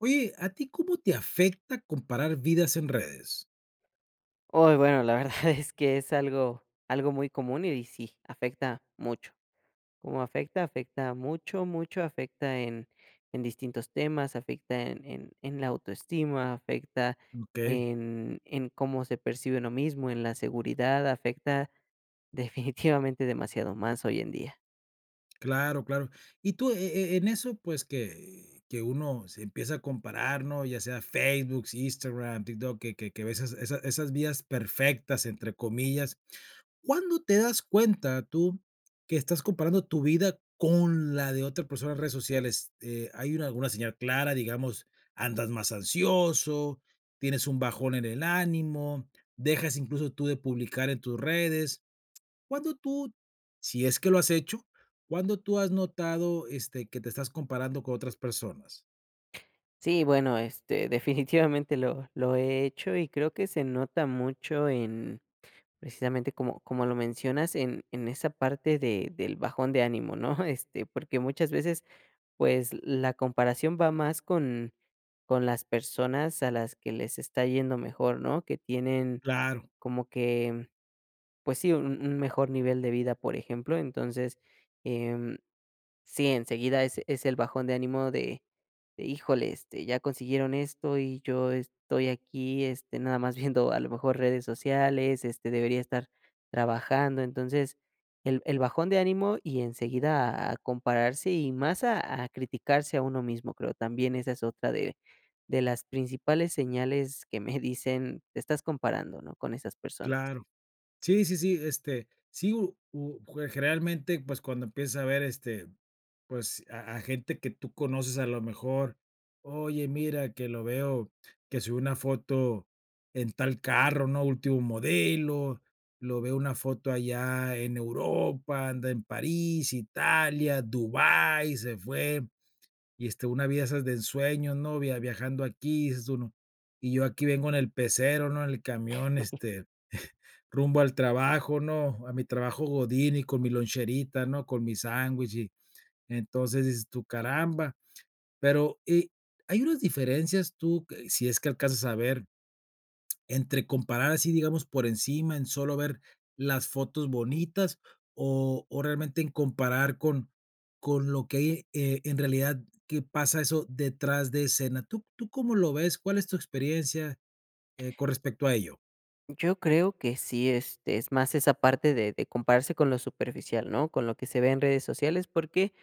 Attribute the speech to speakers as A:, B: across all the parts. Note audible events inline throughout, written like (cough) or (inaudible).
A: Oye, ¿a ti cómo te afecta comparar vidas en redes?
B: Uy, bueno, la verdad (laughs) es que es algo muy común y sí, afecta mucho. ¿Cómo afecta? Afecta mucho, mucho, afecta en distintos temas, afecta en la autoestima, afecta
A: ¿Ok?
B: en cómo se percibe uno mismo, en la seguridad, afecta (laughs) definitivamente demasiado más hoy en día.
A: Claro, claro. Y tú, en eso, pues, que uno se empieza a comparar, ¿no? Ya sea Facebook, Instagram, TikTok, que ves esas vidas perfectas, entre comillas, ¿cuándo te das cuenta tú que estás comparando tu vida con la de otra persona en redes sociales? ¿Hay una, alguna señal clara? Digamos, andas más ansioso, tienes un bajón en el ánimo, dejas incluso tú de publicar en tus redes. ¿Cuándo tú, si es que lo has hecho, cuándo tú has notado que te estás comparando con otras personas?
B: Sí, bueno, (laughs) definitivamente lo he hecho y creo que se nota mucho en. Precisamente como lo mencionas en esa parte de del bajón de ánimo, ¿no? (laughs) Este, porque muchas veces, pues, la comparación va más con las personas a las que les está yendo mejor, ¿no? Que tienen
A: Claro,
B: como que, pues sí, un mejor nivel de vida, por ejemplo. Entonces, em sí, enseguida es el bajón de ánimo de híjole, este, ya consiguieron esto y yo estoy aquí, este, nada más viendo a lo mejor redes sociales, este, debería estar trabajando. Entonces, el bajón de ánimo y enseguida a compararse y más a criticarse a uno mismo, creo. También esa es otra de las principales señales que me (laughs) dicen: "Te estás comparando, ¿no?, con esas personas".
A: claro. Sí, sí, sí, sí, u u jue generalmente, pues, cuando empiezas a ver, pues, a gente que tú conoces a lo mejor, oye, mira, que lo veo que subió una foto en tal carro, ¿no? Último modelo, lo veo una foto allá en Europa, anda en París, Italia, Dubái, se fue, y, una vida esas de ensueños, ¿no? Viajando aquí, dices uno, y yo aquí vengo en el pecero, ¿no? En el camión, rumbo al trabajo, ¿no? A mi trabajo godín y con mi loncherita, ¿no? Con mi sándwich. Y entonces dices tú: "Caramba". Pero, ¿hay unas diferencias tú, que si es que alcanzas a ver, entre comparar así, digamos, por encima, en solo ver las fotos bonitas, o realmente en comparar con lo que hay, en realidad que pasa eso detrás de escena? ¿Tú tú cómo lo ves? ¿Cuál es tu experiencia, con respecto a ello?
B: Yo creo que sí, este, es más esa parte de compararse con lo superficial, ¿no? Con lo que se ve en redes sociales, porque,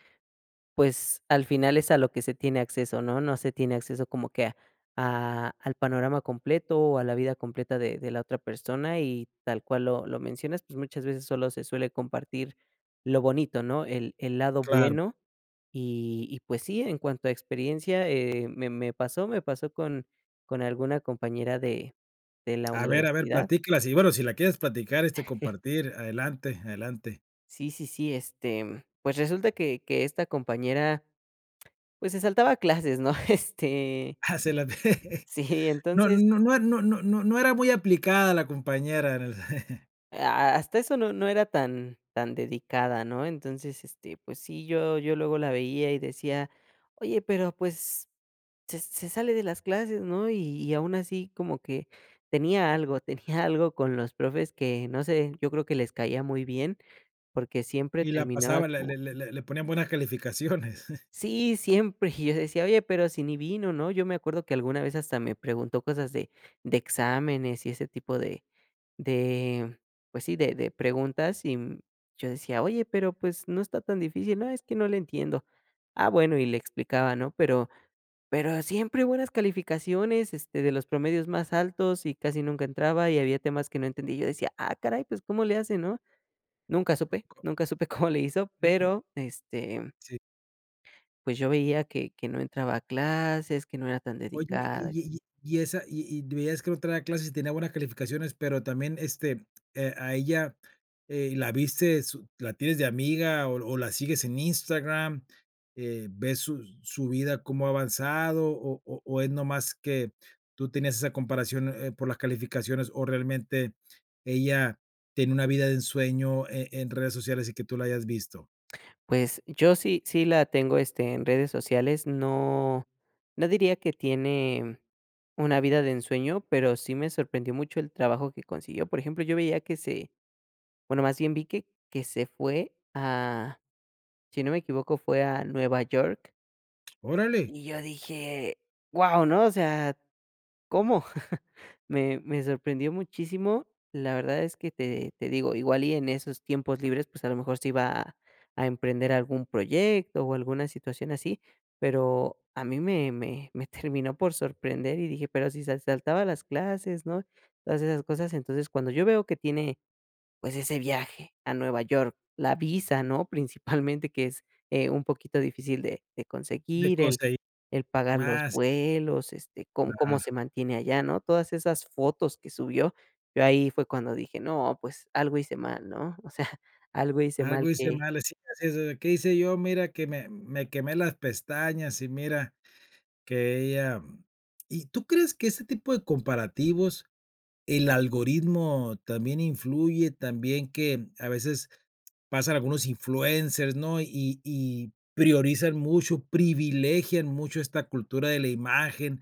B: pues, al final es a lo que se tiene acceso, ¿no? No se tiene acceso como que a al panorama completo o a la vida completa de la otra persona y tal cual lo mencionas, pues, muchas veces solo se suele compartir lo bonito, ¿no? El lado
A: Claro.
B: bueno y, pues sí, en cuanto a experiencia, me pasó con alguna compañera de la
A: A ver,
B: universidad.
A: platícalas y bueno, si la quieres platicar, compartir, adelante, adelante.
B: Sí, sí, sí, este, pues resulta que esta compañera, pues, se saltaba clases, ¿no? (laughs) Este,
A: (laughs) Ah, se la (laughs)
B: sí,
A: No
B: entonces,
A: no no no no no no era muy aplicada la compañera en el (laughs)
B: a hasta eso no era tan dedicada, ¿no? Entonces, este, pues sí, yo luego la veía y decía: "Oye, pero, pues, se sale de las clases, ¿no?". Y aún así como que tenía algo, (laughs) tenía algo con los profes que, no sé, yo creo que les caía muy bien, porque siempre
A: y la
B: terminaba
A: pasaba, le
B: como.
A: le le le le ponían buenas calificaciones. (laughs)
B: Sí, siempre. Y yo decía: "Oye, pero si ni vino", ¿no? Yo me acuerdo que alguna vez hasta me preguntó cosas de exámenes y ese tipo de, pues sí, de preguntas, y, yo decía: "Oye, pero, pues, no está tan difícil". "No, es que no le entiendo". "Ah, bueno", y le explicaba, ¿no? Pero siempre buenas calificaciones, este, de los promedios más altos, y casi nunca entraba, y había temas que no entendía. Yo decía: "Ah, caray, pues, ¿cómo le hace?", ¿no? Nunca supe,
A: Co
B: nunca supe (laughs) cómo le hizo,
A: mm, mm,
B: pero, este,
A: sí.
B: pues yo veía que no entraba a clases, que no era tan
A: Oye,
B: dedicada.
A: y esa y veías que no traía clases y tenía buenas calificaciones, pero también, a ella, ¿la viste su la tienes de amiga o la sigues en Instagram? ¿Ves su su vida cómo ha avanzado o es nomás que tú tenías esa comparación, por las calificaciones o realmente ella tiene una vida de ensueño en redes sociales y que tú la hayas visto?
B: Pues yo sí sí la tengo, este, en redes sociales, no diría que tiene una vida de ensueño, pero sí me sorprendió mucho el trabajo que consiguió. Por ejemplo, yo veía que se, bueno, más bien vi que se fue a, si no me equivoco, fue a Nueva York,
A: Órale,
B: y yo dije: wow, ¿no? O sea, ¿cómo? (laughs) Me sorprendió muchísimo. La verdad es que te digo, igual y en esos tiempos libres, pues, a lo mejor se iba a emprender algún proyecto o alguna situación así, pero a mí me (laughs) terminó por sorprender y dije: "Pero si se saltaba las clases", ¿no? Todas esas cosas. Entonces, cuando yo veo que tiene, pues, ese viaje a Nueva York, la visa, ¿no? Principalmente, que es, un poquito difícil de
A: de
B: conseguir,
A: conseguir
B: el pagar los
A: más,
B: vuelos, este, cómo
A: claro.
B: se mantiene allá, ¿no? Todas esas fotos que subió, yo ahí fue cuando dije: "No, pues, algo hice mal", ¿no? (laughs) O sea, algo hice mal
A: Algo hice
B: que.
A: mal, así así es, ¿qué hice yo? Mira que me quemé las pestañas y mira que ella. ¿Y tú crees que ese tipo de comparativos el algoritmo también influye, también que a veces pasan algunos influencers, ¿no? Y priorizan mucho, privilegian mucho esta cultura de la imagen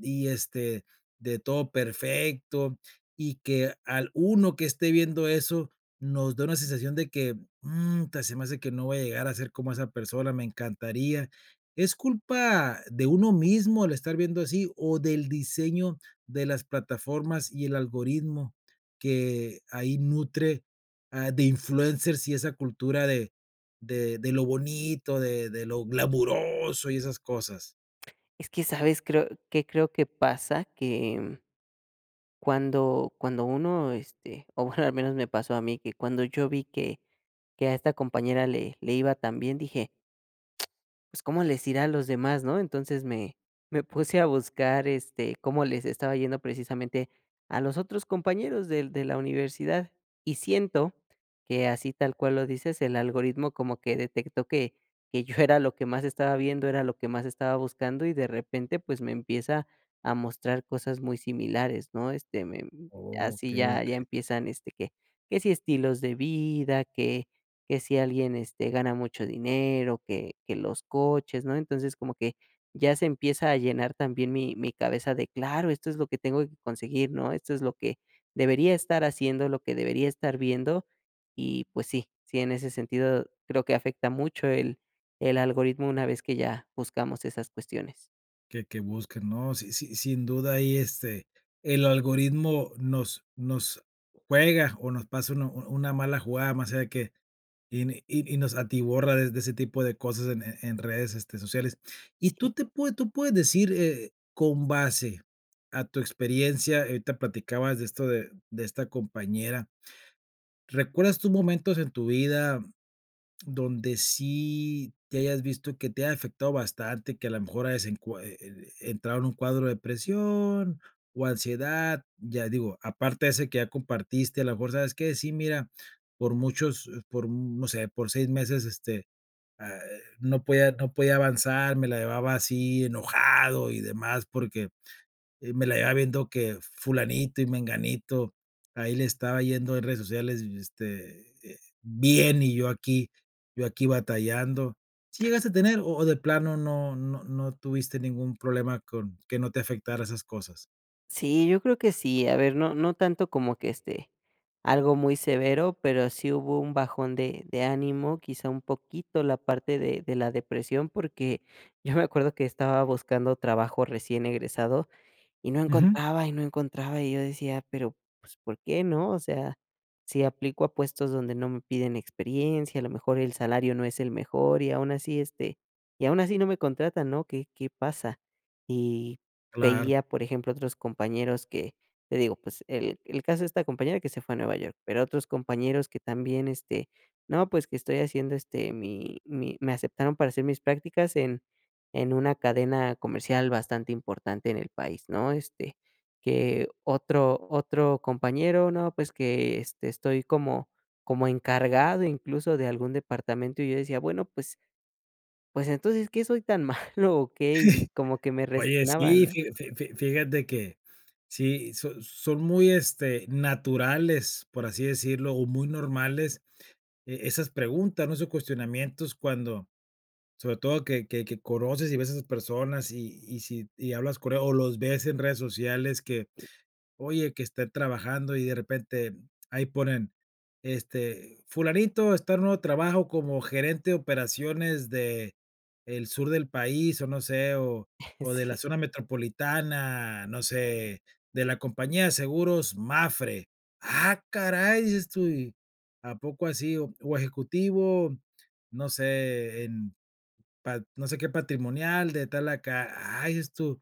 A: y, de todo perfecto, y que al uno que esté viendo eso nos da una sensación de que, mm, ta se me hace que no voy a llegar a ser como esa persona, me encantaría. ¿Es culpa de uno mismo el estar viendo así o del diseño de las plataformas y el algoritmo que ahí nutre, ah, de influencers y esa cultura de lo bonito, de lo glamuroso y esas cosas.
B: Es que, ¿sabes? Creo qué creo que pasa, que cuando uno, este, o bueno, al menos me pasó a mí, que cuando yo vi que a esta compañera le iba tan bien, dije, pues, ¿cómo les irá a los demás, no? Entonces me puse a buscar, este, cómo les estaba yendo precisamente a los otros compañeros del de la universidad. Y siento que así tal cual lo dices, el algoritmo como que detectó que yo era lo que más estaba viendo, era lo que más estaba buscando, y de repente, pues, me empieza a mostrar cosas muy similares, ¿no? Este, me, así
A: Okey,
B: ya
A: okey,
B: empiezan, este, que si estilos de vida, que si alguien, este, gana mucho dinero, que los coches, ¿no? Entonces, como que ya se empieza a llenar también mi cabeza de, claro, esto es lo que tengo que conseguir, ¿no? Esto es lo que debería estar haciendo, lo que debería estar viendo. Y pues sí, sí, en ese sentido creo que afecta mucho el algoritmo una vez que ya buscamos esas cuestiones.
A: que busquen, ¿no? Sí, sí, sin duda ahí, el algoritmo nos juega o nos pasa una mala jugada, más allá de que. Y n y nos atiborra de ese tipo de cosas en en redes, sociales. Y tú te pue tú puedes decir, con base a tu experiencia, ahorita platicabas de esto de esta compañera, ¿recuerdas tus momentos en tu vida donde sí te hayas visto que te ha afectado bastante, que a lo mejor hayas encua e e entrado en un cuadro de depresión o ansiedad, ya digo, aparte de ese que ya compartiste, a lo mejor, ¿sabes que sí, mira, por muchos, por, no sé, por 6 meses, ah, no podía avanzar, me la llevaba así enojado y demás porque me la llevaba viendo que fulanito y menganito, ahí le estaba yendo en redes sociales, bien, y yo aquí batallando. ¿Sí llegaste a tener, o de plano no tuviste ningún problema con que no te afectara esas cosas?
B: Sí, yo creo que sí. A ver, no tanto como que, este, algo muy severo, pero sí hubo un bajón de ánimo, quizá un poquito la parte de la depresión, porque (laughs) yo me acuerdo que estaba buscando trabajo recién egresado y no
A: Ujú,
B: encontraba, y no encontraba, y yo decía: "Pero, pues, ¿por qué no?". O sea, si aplico a puestos donde no me piden experiencia, a lo mejor el salario no es el mejor, y aún así, este, y aún así no me contratan, ¿no? ¿Qué qué pasa? Y
A: claro.
B: veía, por ejemplo, otros compañeros que, te digo, pues, el caso de esta compañera que se fue a Nueva York, pero otros compañeros que también, este, no, pues, que estoy haciendo, este, mi me aceptaron para hacer mis prácticas en una cadena comercial bastante importante en el país, ¿no? Este, que otro compañero, no, pues que, este, estoy como como encargado incluso de algún departamento, y yo decía: "Bueno, pues pues entonces, ¿qué soy tan (laughs) malo o qué?". Y
A: (laughs)
B: como que me
A: Oye,
B: resignaba,
A: sí,
B: ¿no?
A: fí fí fí fíjate que sí, son muy, naturales, por así decirlo, o muy normales, esas preguntas, ¿no? Esos cuestionamientos cuando sobre todo que conoces y ves a esas personas y si y hablas con ellos o los ves en redes sociales que,
B: Y
A: oye, que están trabajando y de repente ahí ponen, fulanito está en un nuevo trabajo como gerente de operaciones de el sur del país, o no sé, o de la
B: (laughs) sí,
A: zona metropolitana, no sé, de la compañía de seguros MAFRE. Ah, caray, dices tú, ¿y a poco así? O ejecutivo, no sé, en Pat no sé qué patrimonial de tal acá. Ay, dices tú,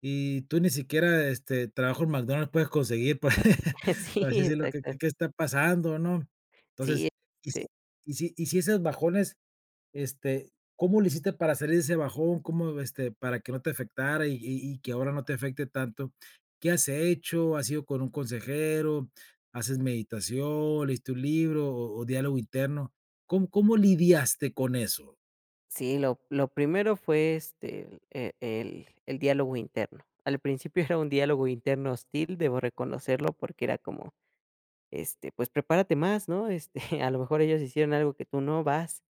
A: y tú ni siquiera, trabajo en McDonald's puedes conseguir, por (laughs)
B: (laughs) sí,
A: por así decirlo, ¿qué
B: exacto.
A: qué qué está pasando, no?
B: Sí,
A: Entonces, y
B: este,
A: si y si esos bajones, este, ¿cómo le hiciste para salir de ese bajón? ¿Cómo, para que no te afectara y que ahora no te afecte tanto? ¿Qué has hecho? ¿Has ido con un consejero? ¿Haces meditación? ¿Leíste un libro o diálogo interno? ¿Cómo cómo lidiaste con eso?
B: sí, lo primero fue, este, e el diálogo interno. Al principio (laughs) era un diálogo interno hostil, debo reconocerlo, porque era como. Este, pues prepárate más, ¿no? Este, (laughs) a lo mejor ellos hicieron algo que tú no, vas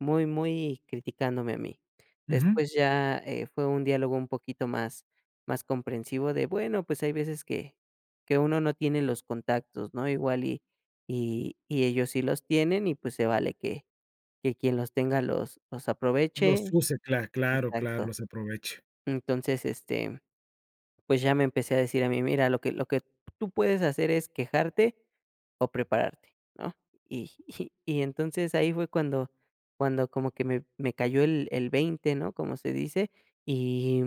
B: muy, muy criticándome a mí.
A: Ujú.
B: Después ya, fue un diálogo un poquito más más comprensivo de, bueno, pues hay veces que uno no tiene los contactos, ¿no? Igual y y ellos sí los tienen y, pues, se vale que quien los tenga los
A: Los
B: aproveche.
A: use, claro, claro,
B: Exacto.
A: los aproveche.
B: Entonces, este, pues ya me empecé a decir a mí: "Mira, lo que tú puedes hacer es quejarte o prepararte", ¿no? Y (laughs) y entonces ahí fue cuando cuando como que me cayó el veinte, ¿no? Como se dice, y.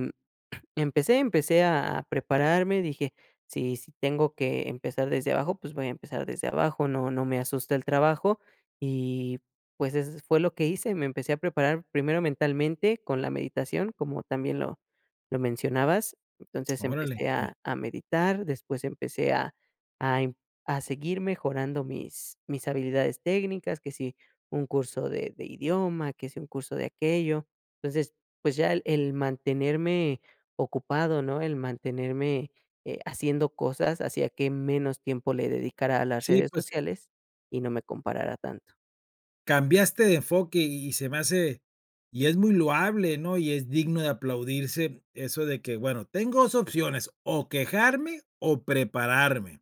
B: Empecé a prepararme, dije: "Si si tengo que empezar desde abajo, pues voy a empezar desde abajo, no no me asusta el trabajo", y pues eso fue lo que hice, me empecé a preparar primero mentalmente con la meditación, como también lo mencionabas, entonces
A: Órale,
B: empecé
A: que
B: a meditar, después empecé a a seguir mejorando mis habilidades técnicas, que si un curso de idioma, que si un curso de aquello, entonces, pues ya el mantenerme ocupado, ¿no? El mantenerme, haciendo cosas hacía que menos tiempo le dedicara a las
A: sí,
B: redes
A: pues,
B: sociales y no me comparara tanto.
A: cambiaste de enfoque y se me hace y es muy loable, ¿no? Y es digno de aplaudirse eso de que, bueno, tengo 2 opciones, o quejarme o prepararme.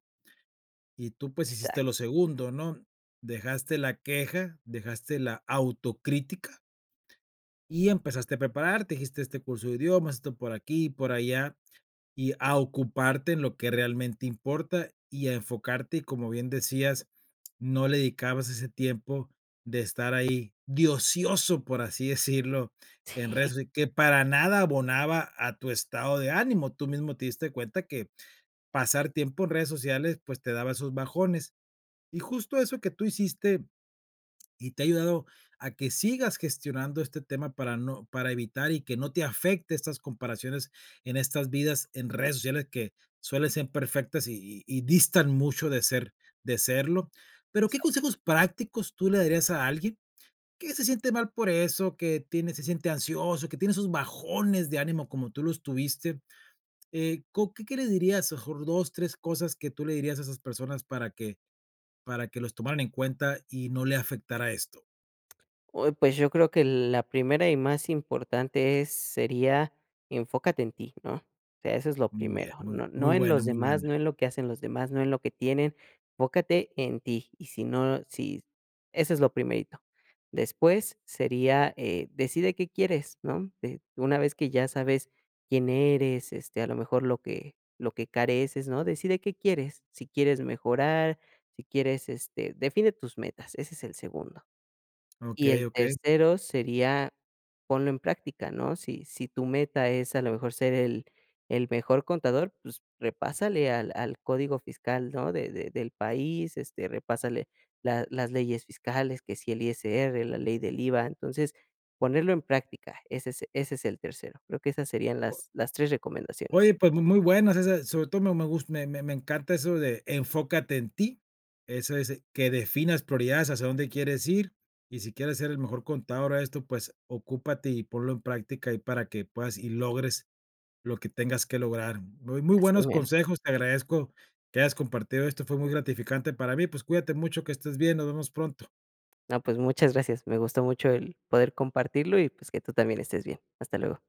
A: Y tú, pues, hiciste lo
B: Exacto,
A: segundo, ¿no? Dejaste la queja, dejaste la autocrítica y empezaste a prepararte. Dijiste: "Este curso de idiomas, esto por aquí, por allá". Y a ocuparte en lo que realmente importa y a enfocarte, y como bien decías, no le dedicabas ese tiempo de estar ahí de ocioso, por así decirlo, en redes socia que para nada abonaba a tu estado de ánimo. Tú mismo te diste cuenta que pasar tiempo en redes sociales, pues, te daba esos bajones. Y justo eso que tú hiciste y te ha ayudado a que sigas gestionando este tema para evitar y que no te afecte estas comparaciones en estas vidas en redes sociales que suelen ser perfectas y, y distan mucho de ser de serlo. Pero ¿qué
B: exacto.
A: consejos prácticos tú le darías a alguien que se siente mal por eso, que tiene se siente ansioso, que tiene esos bajones de ánimo como tú los tuviste? ¿Qué, qué le dirías? Mejor dos, tres cosas que tú le dirías a esas personas para que los tomaran en cuenta y no le afectara esto.
B: Uy, pues yo creo que la primera y más importante es sería enfócate en ti, ¿no? O sea, eso es lo
A: Muy bien,
B: primero.
A: muy
B: No,
A: muy
B: no en
A: buena,
B: los
A: muy
B: demás,
A: buena.
B: no en lo que hacen los demás, no en lo que tienen. Enfócate en ti. Y si no, si eso es lo primerito. Después sería, decide qué quieres, ¿no? De- una vez que ya sabes quién eres, este, a lo mejor lo que careces, ¿no? Decide qué quieres. Si quieres mejorar, si quieres, este, define tus metas. Ese es el segundo. Y el
A: Okey, okey.
B: tercero sería ponlo en práctica, ¿no? Si si tu meta es a lo mejor ser el mejor contador, pues repásale al al código fiscal, ¿no? De del país, este, repásale la las leyes fiscales, que si el ISR, la ley del IVA. Entonces, ponerlo en práctica, ese es el tercero. Creo que esas serían las 3
A: O
B: recomendaciones.
A: oye, pues, mu muy buenas esas, sobre todo me gusta, me encanta eso de enfócate en ti. Eso es que definas prioridades, hacia dónde quieres ir, y si quieres ser el mejor contador a esto, pues, ocúpate y ponlo en práctica y para que puedas y logres lo que tengas que lograr. Muy muy
B: Así
A: buenos
B: mero.
A: consejos, te agradezco que hayas compartido esto, fue muy gratificante para mí. Pues, cuídate mucho, que estés bien, nos vemos pronto.
B: No, pues muchas gracias. Me gustó mucho el poder compartirlo y, pues, que tú también estés bien. Hasta luego.